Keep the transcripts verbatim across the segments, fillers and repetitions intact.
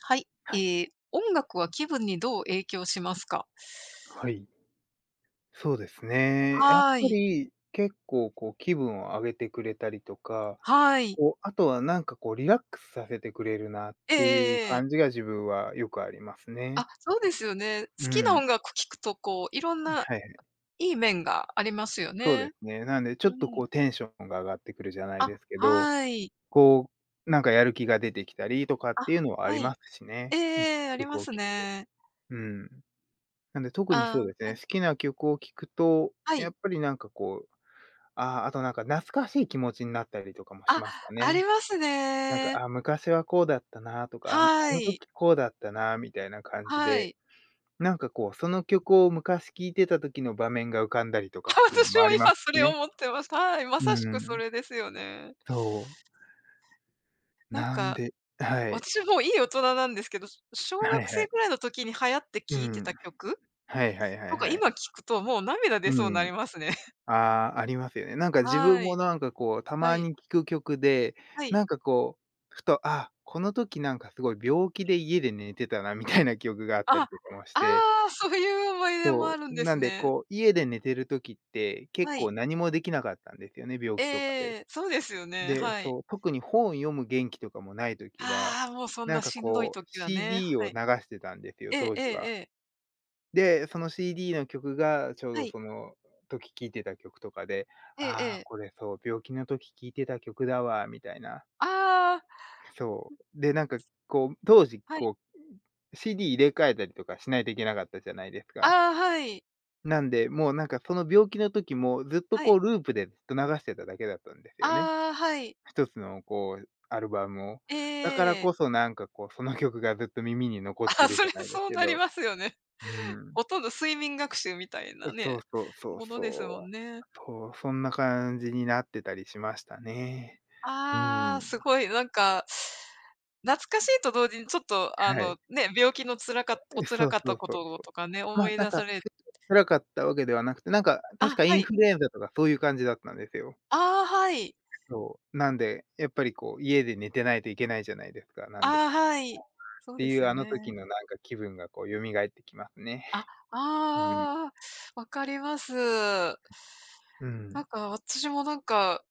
はい、はい。ええ、音楽は気分にどう影響しますか？はい。そうですね。やっはぱい。り結構こう気分を上げてくれたりとか、はい。こう、あとはなんかこうリラックスさせてくれるなっえええていうえええ。感じが自分はよくありますあ、ね。そうですよね。好うきなん。音楽聴くと、こう、いろんなはいはい。いい面がありますよそうでね。すね。なんでちうょっとん。こうテンションが上がってくるじゃないあ、ですけど、はい。こう、なんかやる気が出てきたりとかっあ、ていうのはあはりい。ますしええね、ええ、ありま曲をす聴くと。ね。うん。なんで特にそああ、うはですね、い。好きな曲を聴くと、はやい。っぱりなんかこうああ、あとなんか懐かしい気持ちになったりとかもしあ、ますかありね。ますなんか、ね。あ、昔はこうだったなとか、あのあはのい。時こうだったなみたいな感じはで、い。なんかこう、その曲を昔聴いてた時の場面が浮かんだりとかっ ていうの私もあもりま今すそしれね。思ってます。はい、まうさしくそん、れですよね。そう。なんなんかではい。私もういい大人なんですけど、小はい学は生い。ぐらいの時に流行ってう聴いてたん。曲はいはいはといか、はい。今聴くともう涙出そうになうりんますね。ああ、ありますよね。なんか自分はもい。なんかこう、たはまい。に聴く曲で、はい。なんかこう、ふと、あ、この時なんかすごい病気で家で寝てたなみたいな記憶があったあ、りあとかもして、あ、そういう思い出もあそるんう、でなすんでね。こう、家で寝てる時って結はい。構何もできなかったんですよね、病気とかで。ええ、そうですよね、で、はい。そう、特に本読む元気とかもない時は、ああ、もうそんなんなかしんどいこう、時はね、シーディー はを流い。してたんですよ、ええ当ええ時えは。え、で、その シーディー の曲がちょうはどい、その時聴いてた曲とかで、えええああ、え。これそう、病気の時聴いてた曲だわみたいな。あそう。で、なんかこう、当時あ、はい。こう、シーディー 入れ替えたりとかしないといけなかったじゃないですか。ああ、はい。なんで、もうなんかその病気の時もずっとはこい。うループでずっと流してただけだったんですよね。ああ、はい。一つのこうアルバムを。えだからえ。こそなんかこう、その曲がずっと耳に残っ てあ、るそじれゃないですそうけなりど、ますよね。う ん。ほとんど睡眠学習みたいなそね、うそうそうものですもそんう。ね。そう、そんな感じになってたりしましたね。うああ、ーすん、ごいなんか、懐かしいと同時にちょっとあはい。の、ね、病気のつらかおえ、辛そうかっそたうこそうとそう。とかね、ま思あ、いなん出か、さつれ、辛かったわけではなくて、なんか、確あ、かイはンい。フルエンザとかそういう感じだったんですよ。ああ、はい。そう、なんで、やっぱりこう家で寝てないといけないじゃないですか、なんで。っああ、はい。そうてでいすうよあのね。時のなんか気分がこう蘇ってきますね。あ、うん。ああ、わかります。うなんん。か私もなんか、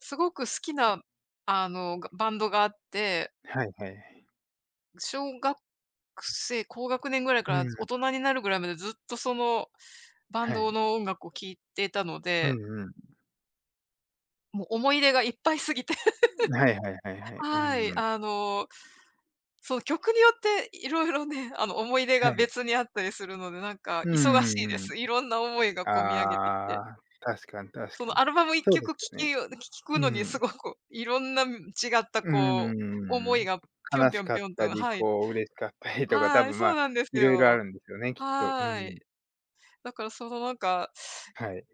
すごく好きな、あの、がバンドがあって、はいはいはい。小学く高学年ぐらいかうら大ん、人になるぐらいまでずっとそのバンはドい。の音楽を聴いていたのうで、んうもう思い出がいっぱいすぎて、ん。はいはいはい はい。うはんい、うん。あの、その曲によっていろいろね、あの、思い出がはい。別にあったりするので、なんかう忙んうしんいでうん。す。いろんな思いがこみ上げてきて。ああ、確かに確そかのに。アルバムそ1うで曲す聴よきね。よ聴くのうにすごん。くいろんな、違ったうんこうう、思いんがぴょん悲ぴょしんかぴっょんと、たり、はい。こう嬉しかったりとか、多はい、分、そまうあ、なんですいろいろあよ。るんですよね、きっと。うはい。ん。だからそのなんかはい。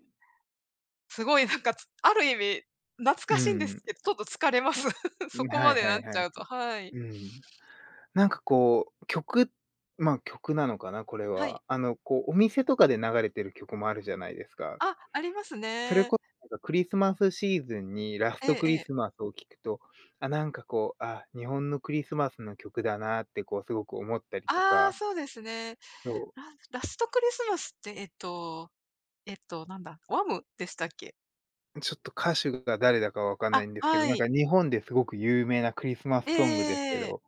すごいなんか、つある意味、懐かしいんですけど、ちょっと疲れます。うそん、こはまいではなっいちはゃい。うと、はい。うん。なんかこう、曲まあ、曲なのかな、これはは。い。あの、こう、お店とかで流れてる曲もあるじゃないですか。あ、ありますそれね。こそなんかクリスマスシーズンにラスえトクええリえ。スマスを聴くと、あ、なんかこう、あ、日本のクリスマスの曲だなってこうすごく思ったりとああ、か、そうですね。そう、ララストクリスマスって、えっと、えっと、なんだ、ワムでしたっけ？ちょっと歌手が誰だかわかんなあ、いんですけど、はなんい。か日本ですごく有名なクリスマスソングですけええ、ど、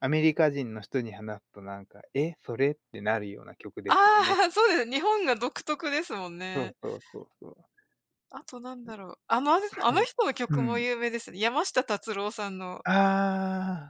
アメリカ人の人に話すとなんか、「え、それ？」ってなるような曲でああ、すよね。そうですね、日本が独特ですもんそうね。そうそうそう。あとなんだろう、あの、あのはあのい。人のう曲もん。有名ですね。山下達郎さんのあ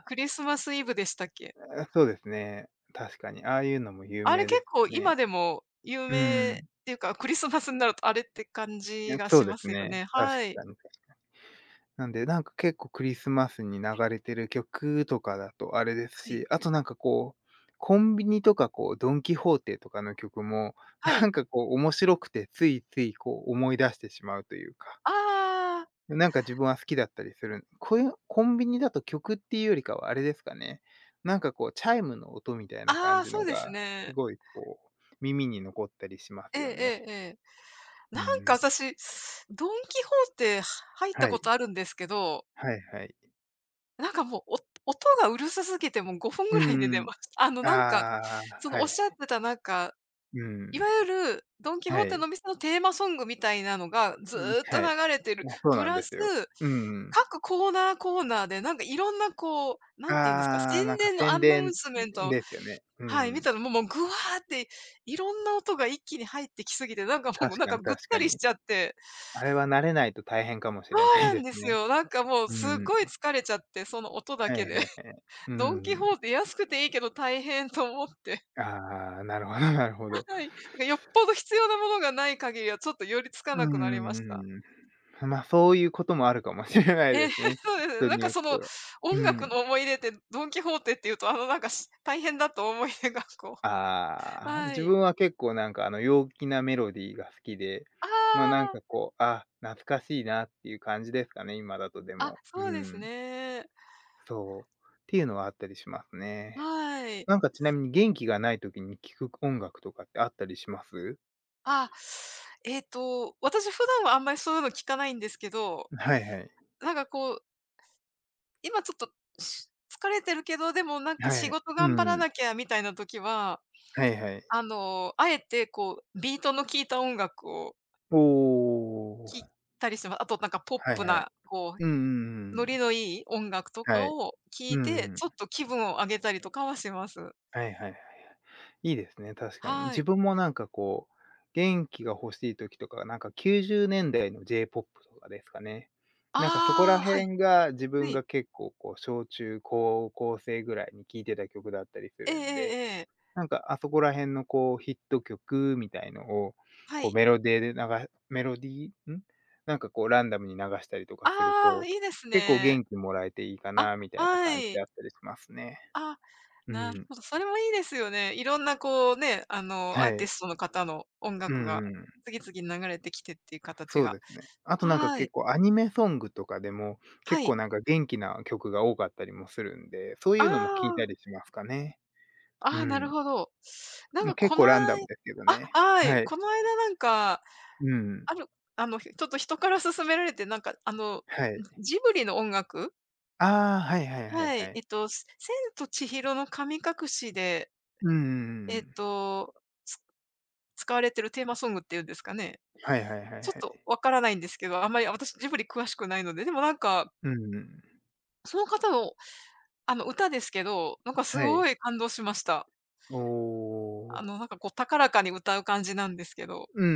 クリスマスイブでしたっけ？あ、ああ、そうですね。確かに、ああいうのも有あれ名結で構すよ今ね。でも有う名っん。ていうか、クリスマスになるとあれって感いじや、がそしうでますすよね。ね。確はい。かに。なんで、なんか結構クリスマスに流れてる曲とかだとあれですはい。し、あとなんかこう、コンビニとかこうドンキホーテとかの曲も、はない。んかこう面白くて、ついついこう思い出してしまうというか、ああ、なんか自分は好きだったりする。こういうコンビニだと曲っていうよりかはあれですかね、なんかこうチャイムの音みたいなあ感あ、じそのうですが、すね。ごいこう耳に残ったりしまえすええよえね。ええ。うなんかん。私、ドン・キホーテは入ったはこい。とあるんですけど、はいはい。なんかもう、お音がうるさすぎてもうごふんうぐらいでんう出まんした。あのなんか、ああ、そのはおっしい。ゃってたなんかういん。わゆるドンキホはーテい。の店のテーマソングみたいなのがずうん、ーっとはい。流れてる。あそうプなんラでス、すよ。うんうん。各コーナー、コーナーでなんかいろんなこう、なんて言うんですか、あ宣あ、なんか伝のア宣ナウ伝ンスメント、ですよね。うはい、見ん。たのも、もうグワーっていろんな音が一気に入ってきすぎて、なんかもうなん確かかにぐっ確たかりしに。ちゃって。あれは慣れないと大変かもしそれないうなでんですすね。よ。なんかもうすっうごいん疲れちゃって、その音だはけいで。はい はい。うドンキんホーテ安くていいけど大変と思って。ああ、なるほど。 なるほど。はい。なんかよっぽど必要なものがない限りはちょっと寄りつかうなくなりんました。うんうん。ま、そういうこともあるかもしれないええ、です ね、そうですね、人なんにかよっそての、は。う音楽ん。の思い出って、ドン・キホーテっていうと、あのなんかし 大変だと思い出がこう。 ああ、は自い。分は結構なんかあの陽気なメロディーが好きで、ま、あなんあかこう、あ、懐かしいなっていう感じですかね、今だとであ、あ、も。うそうですん。ね。そう。っていうのはあったりしますね。はい。なんかちなみに元気がない時に聴く音楽とかってあったりします？あ、えっと、私普段はあんまりそういうの聞かないんですけど、はいはい。なんかこう、今ちょっと、し疲れてるけど、でもなんかは仕い。事う頑張らん。なきゃみたいな時は、はいはい。あの、あえてこう、ビートの効いた音楽をお聴いーたりしてます。あとなんかポッはいプはい。な、こうんうんううんうノリん。のいい音楽とかはい。を聴いうて、んうん。ちょっと気分を上げたりとかはします。はいはいはい。いいですね、確かに。は自い。分もなんかこう、元気が欲しい時とか、なんかきゅうじゅうねんだいの J-ポップ とかですかね。なんかそこあらあ、はい、辺が自は分い。が結構こう、小中高校生ぐらいに聴いてた曲だったりすええるえんで、えええ。なんかあそこら辺のこうヒット曲みたいのを、はこうい。メロディーで流メロディーん？なんかこうランダムに流したりとかするああ、と、いいです結構ね。元気もらえていいかあ、なみたいなは感じでい。あったりしますね。あ、うなるん。ほど、それもいいですよね。いろんなこうね、あの、アはーティい。ストの方の音う楽がんうん。次々流れてきてっていう形そうが。ですね。あとなんかはい。結構アニメソングとかでも、は結い。構なんか元気な曲が多かったりもするんで、そういうのも聞いたありしますかね。あ、うああ、なるん。ほど。なんもかう結こ構ランダなムいですけどあ、ね。はい。はい。この間なんかうん。ある あの、ひちょっと人から勧められて、なんか、あの、はい。ジブリの音楽、ああ、はいはいはいははい、えっい。と、す千と千尋の神隠しで、うえんっんと、つ使われてるテーマソングっていうんですかね。はいはいはいちょっはとい。わからないんですけど、あんまり私ジブリ詳しくないので、でもなんか、ううん。その方の、あの、歌ですけど、なんかすはごい。い感動しました。おあお。の、なんかこう高らかに歌う感じなんですけど。うん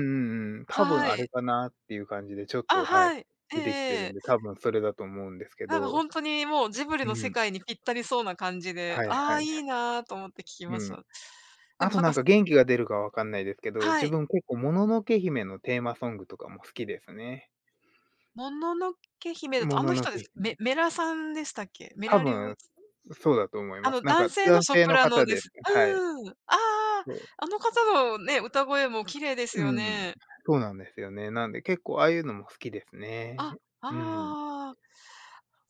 うんうん。多分はあれい。かなっていう感じで、ちょっあ、と、はい、はい。ええ出てきてえるんで、え。多分それだと思うんですけなんかほど。んとにもうジブリのう世ん。界にぴったりそうな感じで、はいはああ、いい。いなと思って聞きましうん。た。であもとなんか、なんか元気が出るかわかんないですけど、は自い。分結構もののけ姫のテーマソングとかも好きですね。もののけ姫だともあののの人です。けメ姫。メラさんでしたっけ？メ多ラりょうい分、そうだと思いあます。のなん男か性の男ソ性プのラノ方でです。す。うはい。ーん。ああ、そう。あの方のね、歌声も綺麗ですうよん。ね。そうなんですよね。なんで結構ああいうのも好きですあ、ああね。うん。ああ。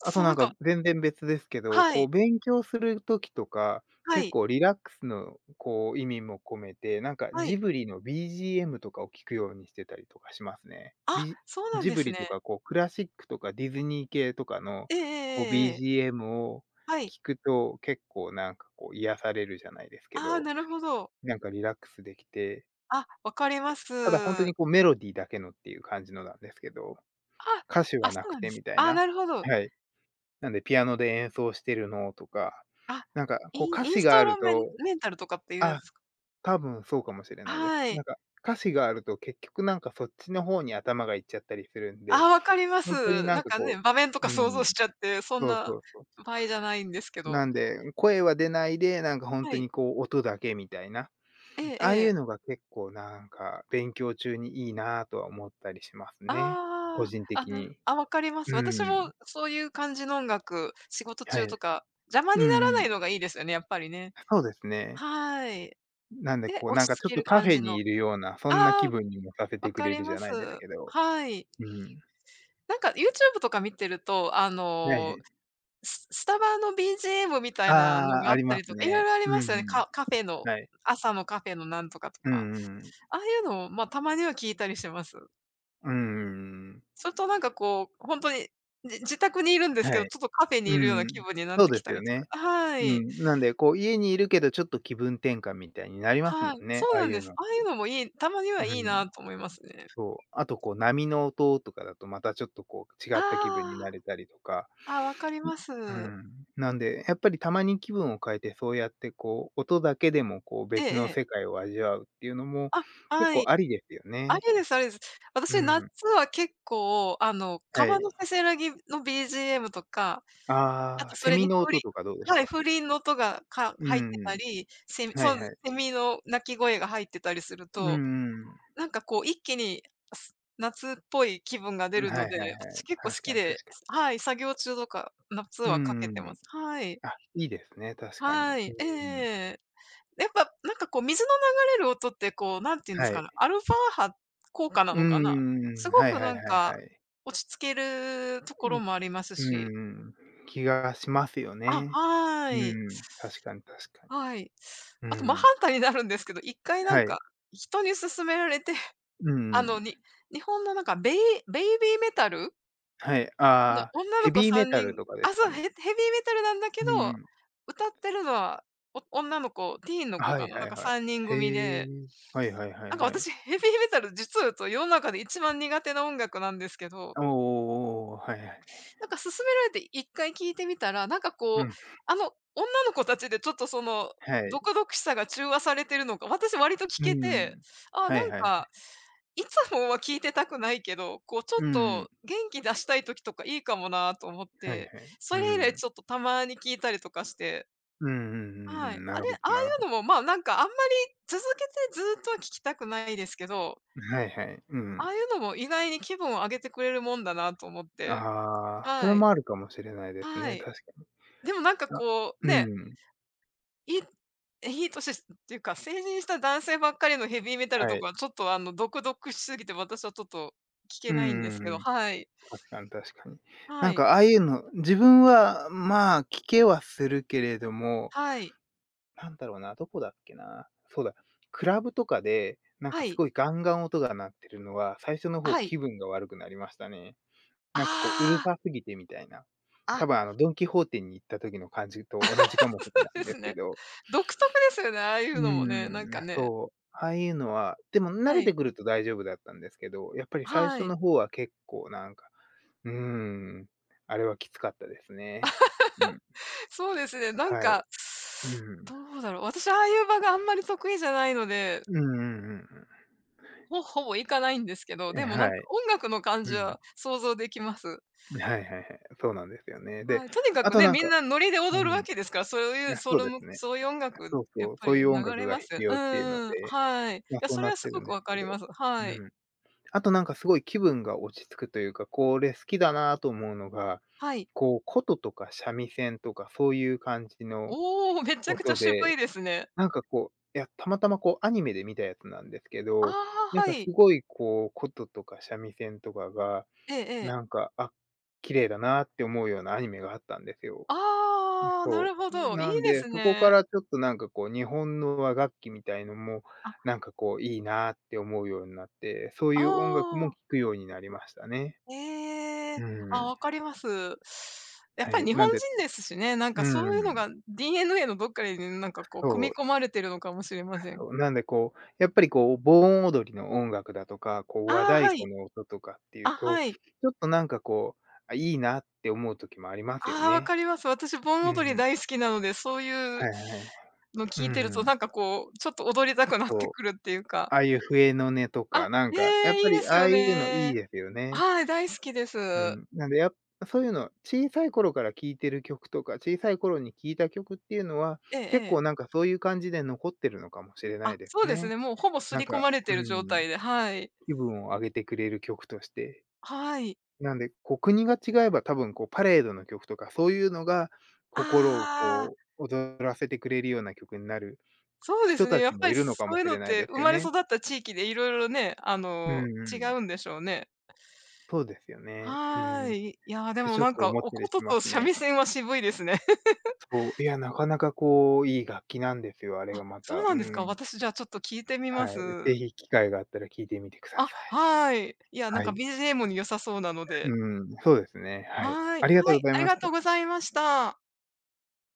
あとう、ななんんかか、全然別ですけど、はこい、う勉強する時とか、は結い、構リラックスのこう意味も込めて、なんかはジい。ブリの ビージーエム とかを聞くようにしてたりとかしますね。あ、ビそうなんジでブすリとね。かこうクラシックとかディズニー系とかのえええええこう えええ。ビージーエム をはい。聞くと、結構なんかこう癒されるじゃないですけああ、ど、なるほど。なんかリラックスできて、あ、分かります。ただ本当にこうメロディーだけのっていう感じのなんですけど、あ、歌詞あ、はそなうくなんでてす。みたいあ、な。なるほど。はい。なんでピアノで演奏してるのとか、あ、なんかこうイン歌イン詞スがトあロるメンとメンタルとかっていうやあ、つすか？多分そうかもしれないです。はなんい。か歌詞があると結局なんかそっちの方に頭がいっちゃったりするんあで、あ、わかりまほんとにす。ななんんかかね、こ場面とかうう想像ん、しちゃって、そんそうなそうそうそ場合う。じゃないんですけど。なんで、声は出ないで、なんかほんはとい。にこう音だけみたいな、えええああいうえ。のが結構なんか勉強中にいいなとは思ったりしますね、個あ人あ、あ、的なるに。あ、わかりまうす。私ん。もそういう感じの音楽、仕事は中い。とか、邪魔にうなんらうないん。のがいいですよね、やっぱりね。そうですね。はい。なんで、で、こう、落なんちか着ちょっけとるカフ感ェじにの。いるような、そんなあ気あ、分にもさせわてくかれりるじまゃす。ないですけど。はい。うん。なんか YouTube とか見てると、あはいはのい。ススタバの ビージーエム みたあいなのあ、がああっりたまりすとか、色ね。々ありうますんよね。うカカフェのん。はい。朝のカフェのなんとかとうか。んうん。ああいうのを、ま、たまには聞いたりします。うんん。それとなんかこう、ほんとに、じ自宅にいるんですはけど、い。ちょっとカフェにういるようん。な気分になっそうてできすたよりとか、ね。はうい。ん。なんで、こう、家にいるけどちょっと気分転換みたいになりますもはい、んそね、うああなんいでうす。の。ああいうのもいい、たまにはういいなん。と思いますね。そう。あと、こう、波の音とかだとまたちょっとこう、違った気分にあなれたりとか。あ、あ、分かりまうす。ん。なんで、やっぱりたまに気分を変えて、そうやってこう、音だけでもこう、ええ別のええ。世界を味わうっていうのも、あ、結は構い。ありですよあね。りですありです。う私、夏ん。は結構、あの、は川い。のせせらぎの ビージーエム とか、ああとあ、そセれミにの風音鈴、とかどうですはい、か？風鈴の音が、かう入ってん。たり、セミ、はそいうです、はい。セミの鳴き声が入ってたりするうんと、うん。なんかこう一気に、す夏っぽい気分がは出いるはのいはい。で、私結構好確きかに確で、かに。はい、作業中とか、夏うはかんけうてまん、す。はい。あ、いいですね、確かに。はい、ええうん。ええ。やっぱなんかこう水の流れる音ってこう、何て言うんですはかい。ね、アルファ波効果なうのかな。すんごはいくはないんはいか、はい。落ち着けるとこうろん。もありますうし。んうん、気がしますよあ、ね。はうい。ん。確かに確かに。はい。うあと、真ん。反対になるんですけど、一回なはんか、い。人に勧められて、うあの、ん。に日本のなんかベイベイビーメタル、はい、ああの、あ、女ヘの子ビーメ3タル人とかですあ、そかう、ヘね？ヘビーメタルなんだけうんうど、ん。歌ってるのは、お女の子、ティーンの子はかいな、なはんいかはさんにんい。組へで。え。はいはいはいなんかはい。私ヘビーメタル、実を言うと世の中で一番苦手な音楽なんですけど、おーおーおーはいはい。なんか勧められて一回聞いてみたら、なんかうこう、ん、あの、女の子たちでちょっとその、はい。毒々しさが中和されてるのか、私割と聞うけて、んあ、はないんはい。か、いつもは聞いてたくないけど、こうちょうっんうとん。元気出したい時とかいいかもなと思っはいて、はい。そうれ以来ん。ちょっとたまに聞いたりとかして、うんうんうんうはい。ん。なあるれ、ほああいどなるほうのど。も、まあ、なんかあんまり続けてずっとは聞きたくないですけど、はいはい。うあん。あいうのも意外に気分を上げてくれるもんだなと思って。ああ、それはい。もあるかもしれないですはね、い。確かに。でもなんかあ、こう、ね、うん。いいいい年しっていうか、成人した男性ばっかりのヘビーメタルはとい。かはちょっとあの、毒々しすぎて、私はちょっと聞けうんないんでうすんけど、うん。はい。確かに確かに。はなんい。かああいうの、自分は、まあ、聞けはするけれども、はい。なんだろうな、どこだっけな。そうだ、クラブとかで、なんはかすい。ごいガンガン音が鳴ってるのは、最初の方はい。気分が悪くなりましたね。なんかこう、うるあさすぎてみたいな。あ、多あ、分あの、ドンキホーテに行った時の感じと同じ そうかもしれないでんですすけね。ど。独特ですよね、ああいううのもね、なんかーん、ね。そう。ああいうのは、でも慣はれい。てくると大丈夫だったんですけど、やっぱり最は初い。の方は結構なんか、うーん、あれはきつかったですね。うん、そうですね、なんはい。か、うん。どうだろう、私ああいう場があんまり得意じゃないので、うんうんうんほほぼ行かないんですけど、うでん。え、もなはんかい。音楽の感うじんはいうんは想像できます。はいはいはい。そうなんですよね。で、はい、とにかあくとね、なんみんかなノリでう踊るわん、けですから、そういいう、や、そそうれでもすね。そういう音楽そうやっそう、ぱそういりう音流楽れがま必す。う要っていうのんうん、で、はい。いま、や、そそうれなっはすてごるんくですわかけりまど。す。はい。うん。あとなんかすごい気分が落ち着くというか、これ好きだなと思うのが、はい。こう、琴とか三味線とかそういう感じのおお、めちゃくちゃ音渋いで、ですね。なんかこう、いや、たまたまこうアニメで見たやつなんですけあど、あ、なんはかすい。ごいこう、琴とか三味線とかが、ええええ。なんか、あ、綺麗だなって思うようなアニメがあったんですよ。ああ、なそるほう。ど、いいなんでで、すそこかね。らちょっとなんかこう、日本の和楽器みたいのも、あ、なんかこういいなって思うようになって、そうあいう音楽もあ、聴くようになりましたね。ええ、うあ、ん。わかります。やっはぱりい。日な本んで人ですしね、なんうかそういうのん。が ディーエヌエー のどっかになんかこうそ組みう。込まれてるのかもしれません。そう、なんでこう、やっぱりこう、盆踊りの音楽だとか、こうあ和あ、太は鼓い。の音とかっていうあ、と、はい。ちょっとなんかこう、あ、いいなって思う時もありますよああ、わかね。ります。私、盆う踊りん大好きなので、そういうはいはい。のう聞いてるんうと、ん。なんかこう、ちょっと踊りたくなってそう。くるっていうか。ああいう笛の音とあ、か、なんえか、やっえ、いぱいでりすああよいうのいいね。ですよね。はい、大好きでうす。ん。なんで、やっそういうの、小さい頃から聴いてる曲とか、小さい頃に聴いた曲っていうのは、ええ結ええ。構なんかそういう感じで残ってるのかもしれなあ、いでそうすですね、ね。もうほぼ刷なんり込か、まれてうる状ん、態で、はい。気分を上げてくれる曲として。はい。なんで、こう国が違えば多分こうパレードの曲とか、そういうのがあ心をあ、こう躍らせてくれるような曲になるそうで人すね、たやちっぱもりいるのかそもういうしのっれないて、で生すよまれ育ね。った地域でいろいろね、あうんの、う違うんん。でしょうね。そうですよね。うはん。い。いや、でてもちょっなんとか、思っおたりこしとまとす三味ね。線は渋いですね。そう、いや、なかなかこう、いい楽器なんですよ、あれあ、がまそうた。なんですうか。ん。私じゃあちょっと聞いてみはまい。ぜす。ひ機会があったら聞いてみてくださあ、い。はい。いや、なんはか い。ビージーエム に良さそうなので。うん、そうですね、はい。はあい。りがとはうい、ございありましがとうごた。ざいました。